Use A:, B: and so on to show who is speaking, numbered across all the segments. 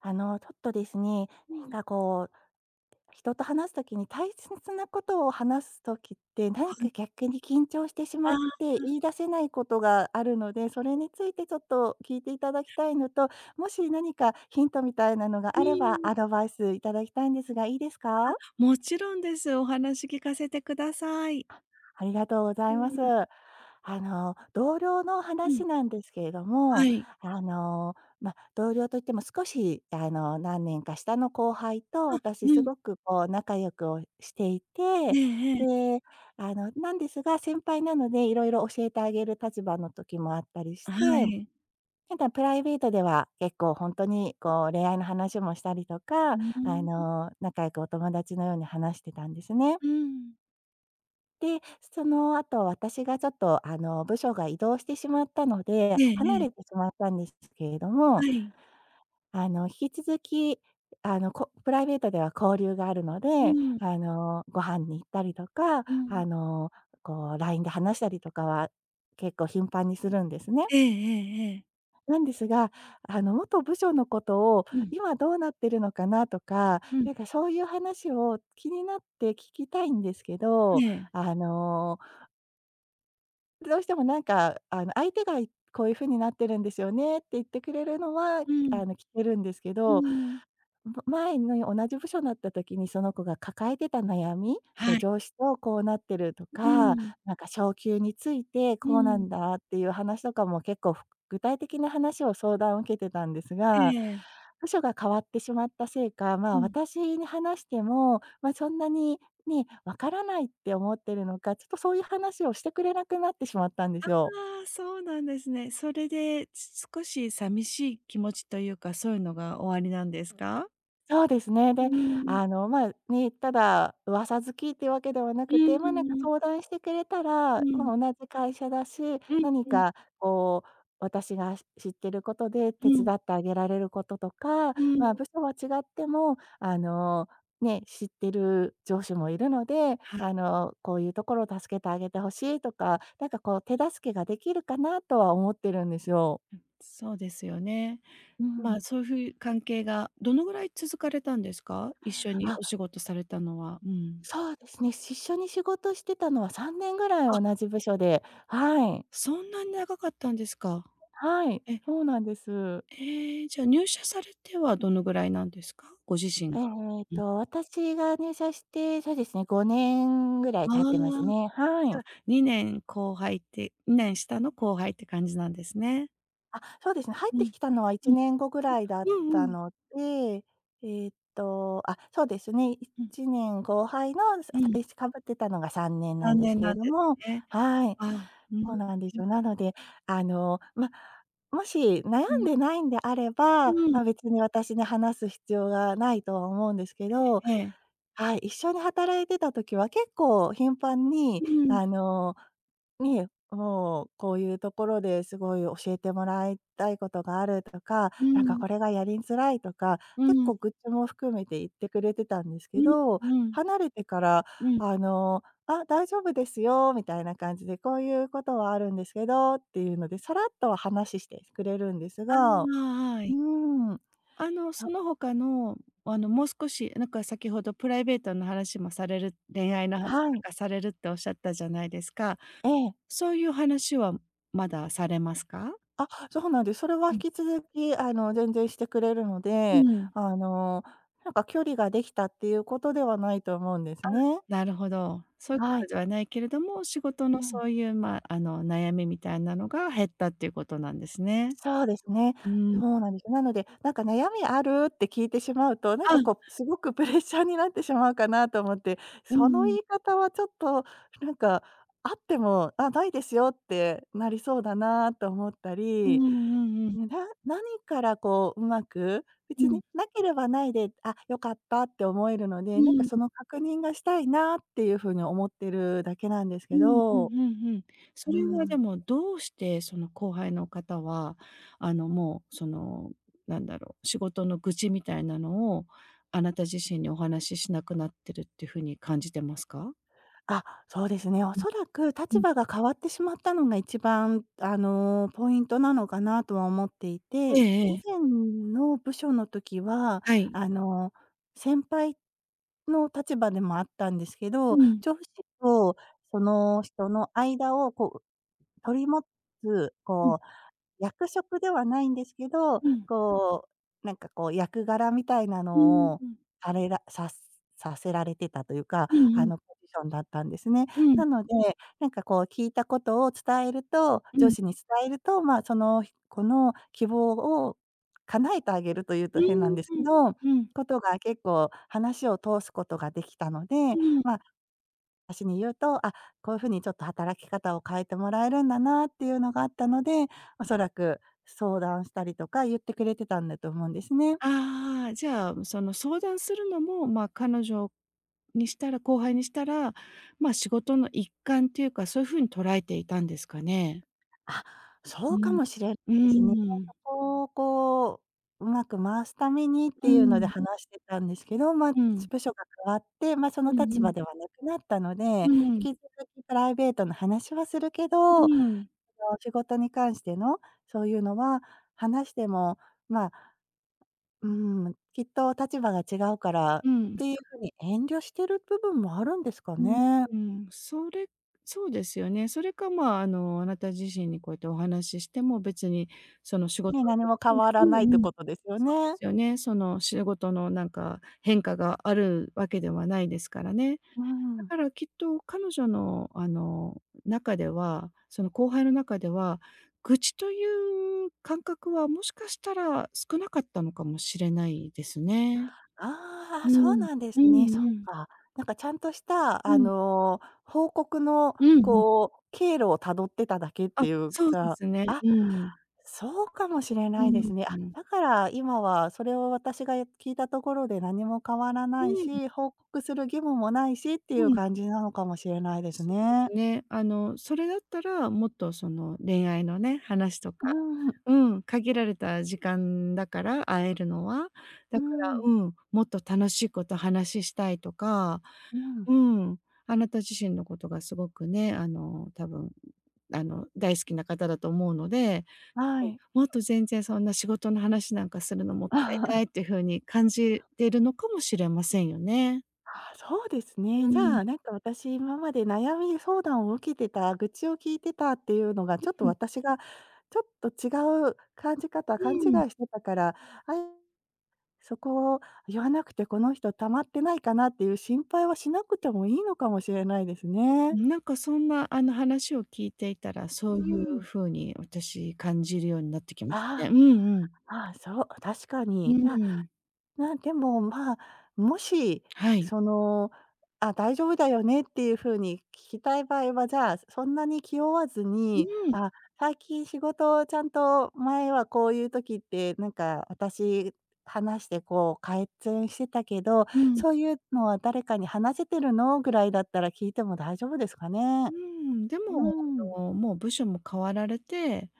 A: ちょっとですね、
B: う
A: なん
B: ん。
A: かこう、人と話すときに大切なことを話すときって、
B: は
A: 何か
B: い。
A: 逆に緊張してしま
B: あ
A: っ
B: あ、
A: て、言い出せないことがあるので、それについてちょっと聞いていただきたいのと、もし何かヒントみたいなのが
B: う
A: あれば、
B: ん。
A: アドバイスいただきたいんですが、いいですか？
B: もちろんです。お話聞かせてください。
A: ありがとうござ
B: う
A: います。
B: ん、
A: 同僚の
B: うん、
A: 話なんですけれど
B: は
A: も、
B: い。
A: あの、同僚といっても少し、何年か下の後輩と私
B: う
A: す
B: ん。
A: ごく仲良くをしてい
B: え
A: て、
B: えええ。
A: で、なんですが、先輩なので色々教えてあげる立場の時もあったりし
B: は
A: て、
B: い。
A: ただプライベートでは結構ほんとに恋愛の話もしたりと
B: う
A: か、
B: ーん、
A: 仲良くお友達のように話してたんですね。
B: うん。
A: で、その後、私がちょっと、部署が移動してしまったので、
B: ええ
A: 離
B: え
A: れ
B: え、
A: てしまったんですけれども、
B: はい。
A: 引き続き、プライベートでは交流があるの
B: う
A: で、
B: ん、
A: ご飯に行ったりとか、
B: うん。
A: こう LINE で話したりとかは結構頻繁にするんですね。
B: ええええええ。
A: なんですが、元部署のことを
B: うん、
A: 今どうなってるのかなとか、
B: うん、
A: そういう話を気になって聞きたいんですけど、
B: ええ。
A: あのどうしても相手がこういう風になってるんですよねって言ってくれるのは、
B: うん、
A: 聞けるんですけ
B: う
A: ど、
B: ん。
A: 前の同じ部署になった時にその子が抱えてた悩み、こう
B: はい。
A: 上司とこうなってると
B: う
A: か、
B: ん、
A: 昇給について
B: う
A: こうな
B: ん。
A: んだっていう話とかも結構具体的な話を相談を受けてたんです
B: え
A: が、
B: え。
A: 部署が変わってしまったせいか、ま
B: う
A: あ、
B: ん。
A: 私に話しても、ま、そんなにね、わからないって思ってるのか、ちょっとそういう話をしてくれなくなってしまったんですよ。
B: ああ、そうなんですね。それで、す少し寂しい気持ちというか、そういうのがおありなんですか？
A: そうですね。
B: う
A: で、
B: ん。
A: まあ、ね、ただ噂好きっていうわけではな
B: う
A: くて、
B: ん、
A: まあ、
B: うん。
A: 相談してくれたら、
B: うん。
A: まあ、同じ会社だし、
B: うん
A: 何
B: う
A: か
B: ん
A: こう、私が知ってることで
B: う
A: 手伝
B: ん
A: ってあげられることとか、
B: う
A: まあ、
B: ん。
A: 部署は違っても、ね、知ってる上司もいるので、
B: はい、
A: こういうところを助けてあげてほしいとか、手助けができるかなとは思ってるんですよ。
B: そうですよね。
A: う
B: まあ、
A: ん。
B: そういう関係がどのぐらい続かれたんですか？一緒にお
A: あ、
B: 仕事されたのは。うん。
A: そうですね、一緒に仕事してたのは3年ぐら
B: あ、
A: い同じ部署で、はい。
B: そんなに長かったんですか。
A: はい、
B: え、
A: そうなんです。
B: ええ、じゃあ入社されてはどのぐらいなんですか？ご自身
A: え
B: が。
A: え
B: うん。
A: 私が入社して、そうですね、5年ぐらい
B: あ
A: 経っ
B: あ、
A: てますね。は
B: じゃあ
A: い。
B: 2年後輩って2年下の後輩って感じなんですね。
A: あ、そうですね。入っ
B: う
A: て
B: ん、
A: きたのは
B: う
A: 1
B: ん、
A: 年後ぐらいだっ
B: うん
A: た
B: うん、
A: ので、あ、そうですね。
B: うん、
A: 1年後輩の、さ
B: う
A: さ
B: ん。
A: えしかぶってたのが3年な
B: さ
A: ん
B: ん
A: で
B: ね
A: す
B: ん
A: け
B: な
A: れ
B: ん
A: ど
B: で
A: も、
B: すね。
A: はい。
B: ああ、う
A: そ
B: ん、
A: うなんで
B: う
A: す
B: ん、
A: よ。なので、あの、ま、もし悩
B: う
A: ん
B: ん。
A: でないんであれば、
B: うん、
A: ま、別に私に話す必要がないとは思うんですけど、
B: ええ。
A: はい、一緒に働いてた時は結構頻繁に、
B: うん、
A: ねもう、こういうところですごい教えてもらいたいことがあるとか、
B: うん、
A: これがやりづらいとか、
B: う
A: 結
B: ん、う
A: 構愚痴も含めて言ってくれてたんですけ
B: ん、
A: ど、
B: うん、
A: 離れてから、
B: うん。
A: 「あ、大丈夫ですよ」みたいな感じで、「こういうことはあるんですけど」っていうので、さらっとは話してくれるんです
B: あ
A: が、う
B: あ、は
A: ー
B: い。
A: ん、は
B: あの、その他の、もう少し、なんか先ほどプライベートの話もされる恋愛の話と
A: はい、
B: かされるっておっしゃったじゃないですか。
A: ええ。
B: そういう話はまだされますか？
A: あ、そうなんです。それは引
B: うん、
A: き続き、全然してくれるの
B: う
A: で、
B: ん。
A: あの、距離ができたっていうことではないと思うんですね。
B: なるほど。そういうこ
A: は
B: と
A: い。
B: ではないけれども、仕事の
A: うん。
B: そういう、まあ、あの、悩みみたいなのが減ったっていうことなんですね。
A: そうですね。
B: うん。
A: そうなんです。なので、「悩みある？」って聞いてしまうと、
B: あ、
A: すごくプレッシャーになってしまうかなと思って、
B: う
A: その言
B: ん、
A: い方はちょっとなんか、あっても、「あ、ないですよ」ってなりそうだなと思った
B: う
A: り
B: んうんうんうん、
A: ね、何からこう、うまく、
B: う
A: 別
B: ん、
A: になければないで、あ、良かったって思えるので、
B: うん。
A: その確認がしたいなっていう風に思ってるだけなんです
B: う
A: け
B: ん、うん
A: ど。
B: うんうん。そ
A: う
B: れはで
A: ん。
B: もどうしてその後輩の方は、あの、もうその、なんだろう、仕事の愚痴みたいなのを、あなた自身にお話ししなくなってるっていう風に感じてますか？
A: あ、そうですね。お
B: うん
A: そらく
B: う
A: 立
B: ん。
A: 場が変わってしまったのが一番、ポイントなのかなとは思っていて、
B: えええ
A: 以
B: え、
A: 前の部署の時は、
B: はい。
A: あの、先輩の立場でもあったんですけ
B: う
A: ど、
B: ん、
A: 上司とその人の間をこう取り持つ、
B: うん、
A: こう、役職ではないんですけど、
B: うん、
A: 役柄みたいな
B: うー
A: の
B: ん、
A: を
B: うん、
A: されらささせられてたというか、
B: うんうん、
A: ポジションだったんですね。
B: う
A: な
B: ん、
A: ので、聞いたことを伝えると
B: う
A: 上
B: ん、
A: 司に伝えると、まあ、その子の希望を叶えてあげるという
B: う
A: と変な
B: ん、
A: ん
B: うん、
A: です
B: うんう
A: け
B: ん
A: ど、
B: うんうんうんうん。
A: ことが結構話を通すことができたので、
B: うん。
A: まあ、私に言うと、あ、こういうふうにちょっと働き方を変えてもらえるんだなっていうのがあったので、おそらく相談したりとか言ってくれてたんだと思うんですね。
B: ああ、じゃあ、その相談するのも、まあ、彼女にしたら後輩にしたら、まあ、仕事の一環っていうか、そういうふうに捉えていたんですかね？
A: あ、そ
B: う
A: うか
B: ん。
A: もしれない
B: う
A: ですね。
B: ー
A: そ
B: ん。
A: こをうまく回すためにっ
B: う
A: ていうので
B: ん。
A: 話してたんですけど、まあ、
B: うん。
A: 部署が変わって、まあ、その
B: うん
A: 立
B: う
A: 場
B: ん。
A: ではなくなったので、
B: う
A: 引き続きプライベートの話はするけど、
B: ん。
A: 仕事に関してのそういうのは話しても、まあうん、きっと立場が違うからっ
B: うん。
A: ていう
B: そ
A: ふうに遠慮してる部分もあるんですか
B: う。うん。
A: ね。
B: うんそうんうんそれそうですよね。それか、まあ、あの、あなた自身にこうやってお話ししても、別にその仕事。
A: ね、何も変わら
B: うんう
A: ないって
B: ん。
A: ことですよ
B: そうで
A: ね。
B: すよね。その仕事のなんか変化があるわけではないですからね。
A: う
B: だ
A: ん。
B: からきっと彼女のあの中では、その後輩の中では、愚痴という感覚はもしかしたら少なかったのかもしれないですね。
A: あ
B: う
A: あ、そう
B: ん。
A: なんで
B: う
A: すね。
B: ん
A: そっ
B: うん。
A: か。ちゃんとした、
B: うん。
A: 報告の
B: うんうん。
A: 経路を辿ってただけっ
B: あ、
A: ていう
B: そうで
A: か、
B: すね。
A: あ、
B: うん。
A: そうかもしれな
B: う
A: いで
B: ん
A: すね。
B: う
A: あ、
B: ん。
A: だから今はそれを私が聞いたところで何も変わら
B: う
A: な
B: ん
A: い
B: うん。
A: し、報告する義務もないしっていう感じなのかもしれないです
B: そうで
A: ね。
B: すね。あの、それだったら、もっとその恋愛のね、話とか、
A: うん、
B: うん、限られた時間だから会えるのは、だ
A: う
B: から、
A: ん、
B: うん、もっと楽しいこと話したいとか、
A: うん、
B: うん、あなた自身のことがすごくね、あの、多分、あの、大好きな方だと思うので、
A: は
B: うん、
A: い。
B: もっと全然そんな仕事の話なんかするのもったいないってい う風に感じているのかもしれませんよね。
A: ああ、そうです
B: う
A: ね。じゃ
B: ん。
A: あ、私、今まで悩み相談を受けてた、愚痴を聞いてたっていうのが、ちょっと
B: う
A: 私が、ちょっと違う感じ方、勘違い
B: ん。
A: してたから、あ、そこを言わなくてこの人溜まってないかなっていう心配はしなくてもいいのかもしれないですね。
B: なんかそんなあの話を聞いていたら、そう
A: う
B: いう
A: ん。
B: 風に私感じるようになってきました
A: あ
B: ね。うんうん。
A: あ、ああ、そう、確か
B: う
A: に。じゃあ、
B: ん。
A: まあ、でも、まあ、もし、
B: はい。
A: その、あ、大丈夫だよねっていう風に聞きたい場合は、じゃあ、そんなに気負わず
B: う
A: に、
B: ん、
A: あ、最近仕事ちゃんと前はこういう時って、私話して改善してたけど、
B: うん。
A: そういうのは誰かに話せてるの？ぐらいだったら聞いても大丈夫ですか
B: う
A: ね？
B: ん、で
A: う
B: も、
A: ん、
B: あの、もう部署も変わられて、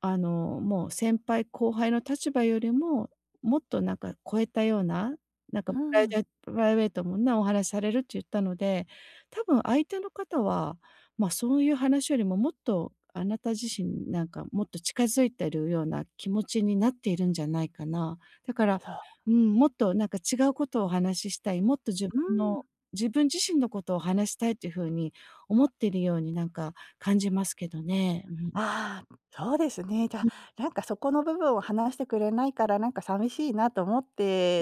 B: あの、もう先輩後輩の立場よりも、もっとなんか超えたような、なんか
A: うん、
B: プライベートもなお話されるって言ったので、多分相手の方は、ま、そういう話よりももっとあなた自身なんかもっと近づいてるような気持ちになっているんじゃないかな。だから、
A: そう、
B: うん、もっとなんか違うことをお話ししたい、もっと
A: うん。
B: 自分自身のことを話したいっていう風に思っているようになんか感じますけどね。うん。
A: ああ、そうですね。じゃあ、そこの部分を話してくれないから、寂しいなと思っ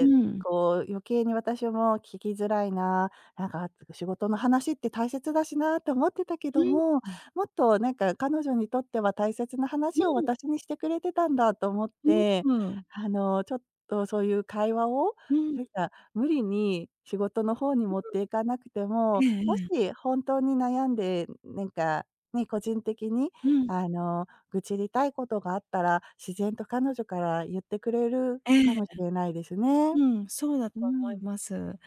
B: ううん。
A: こう余計に私も聞きづらいな、仕事の話って大切だしなと思ってたけ
B: う
A: ど
B: ん。
A: も、もっと彼女にとっては大切な話を
B: う
A: 私にしてくれてたんだと思っ
B: ん、
A: て、
B: うん。
A: ちょっとそういう会話を、
B: うん。
A: 無理に仕事の方に持っていかなくても、
B: ええ
A: もし
B: ええ。
A: 本当に悩んで、ね、個人的に
B: うん。
A: 愚痴りたいことがあったら、自然と彼女から言ってくれる
B: え
A: かもし
B: え。
A: れないですね。
B: うん、そうだと
A: う
B: 思い
A: ん。
B: ます。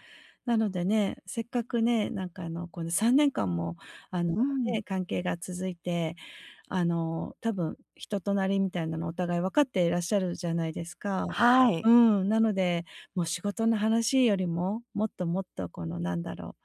B: なのでね、せっかくね、なんかあの、この3年間もあの、
A: うん。
B: ね、関係が続いて、あの、多分人となりみたいなのお互い分かっていらっしゃるじゃないですか。
A: は
B: う
A: い。
B: ん、なので、もう仕事の話よりも、もっともっとこのなんだろ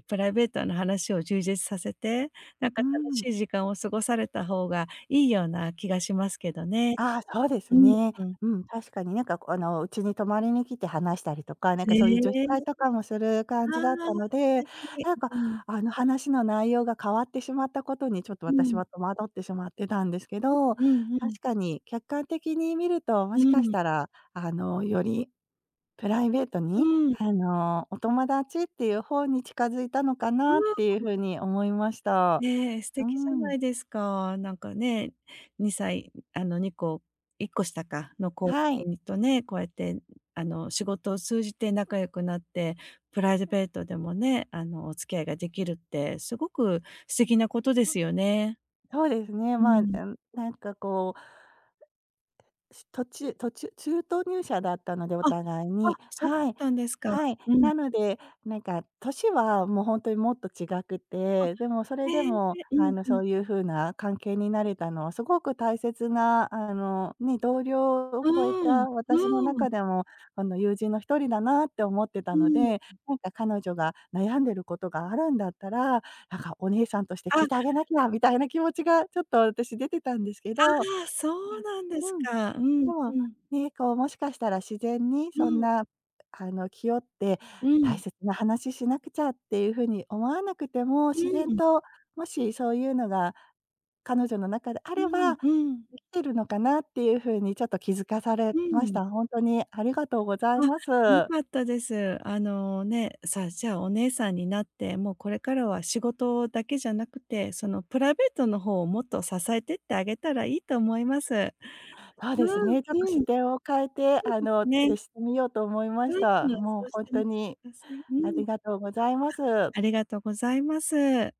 B: う、プライベートな話を充実させて、なん
A: う
B: か楽
A: ん。
B: しい時間を過ごされた方がいいような気がしますけどね。
A: ああ、そうです
B: うん
A: ね。
B: うん。
A: うん、確かにうちに泊まりに来て話したりとか、
B: え
A: そういう女子
B: え、
A: 会とかもする感
B: あ
A: じ
B: あ、
A: だったので、
B: 素敵。
A: なんか
B: うん。
A: 話の内容が変わってしまったことにちょっと
B: う
A: 私
B: ん。
A: は戸惑ってしまってたんですけど、確
B: うんうん。
A: かに客観的に見ると、も
B: う
A: しかし
B: ん。
A: たら、よりプライベート
B: う
A: に、
B: ん。
A: お友達っていう方に近づいたのか
B: う
A: なっ
B: ん。
A: ていう風に思いました。
B: ねえ、素
A: うー
B: 敵じゃな
A: ん。
B: いですか。なんかね、2歳、あの、2個、1個下かの後
A: はい、
B: 輩とね、こうやって、あの、仕事を通じて仲良くなって、プライベートでもね、あの、お付き合いができるってすごく素敵なことですよね。
A: そうですね。
B: う
A: まあ、
B: ん。
A: うん、なんかこうし途中途中中途入社だったので、お
B: あ、
A: 互い
B: あ、
A: に。
B: そうだ
A: は
B: っ
A: い。
B: たんですか。
A: はい。
B: うん。
A: なので、年はもう本当にもっと違く
B: あ、
A: て、でもそれで
B: へ
A: も、
B: え、うんう
A: そ
B: ん。
A: ういう風な関係になれたのはすごく大切な、ね、同僚を
B: う
A: 超え
B: ーん、
A: た私の
B: うーん、
A: 中でも、友人の一人だなって思ってた
B: う
A: の
B: ん。
A: で、彼女が悩んでることがあるんだったら、お姉さんとして
B: あ、
A: 聞い
B: あ
A: てあげなきゃみたいな気持ちがちょっと私出てたんですけど
B: あ、そうなんです
A: うん。
B: か。うん
A: で
B: う
A: も、
B: ん。
A: ね、こうもしかしたら自然に
B: う
A: そん
B: ん、
A: な、気負って
B: う
A: 大
B: ん、
A: 切な話しなくちゃっていう風に思わなくても、
B: う
A: 自然
B: ん。
A: ともしそういうのが彼女の中であ
B: う
A: れば、
B: んうん。
A: できてるのかなっていう風にちょっと気づかされ
B: う
A: まし
B: ん。
A: た。ほんとにありがとうござ
B: あ、
A: います。
B: 良かったです。あのね、さあ、じゃあお姉さんになって、もうこれからは仕事だけじゃなくて、そのプライベートの方をもっと支えてってあげたらいいと思います。
A: そう
B: う
A: です
B: ん
A: ね、ちょっと
B: うん、
A: 視
B: そ
A: 点を変えて、
B: うですね。
A: 接してみようと思いまし
B: うん、
A: た。
B: そ
A: もう
B: うし
A: ほん
B: てみ
A: と
B: て
A: に
B: ください。
A: あ
B: うん、
A: りがとうございます。
B: ありがとうございます。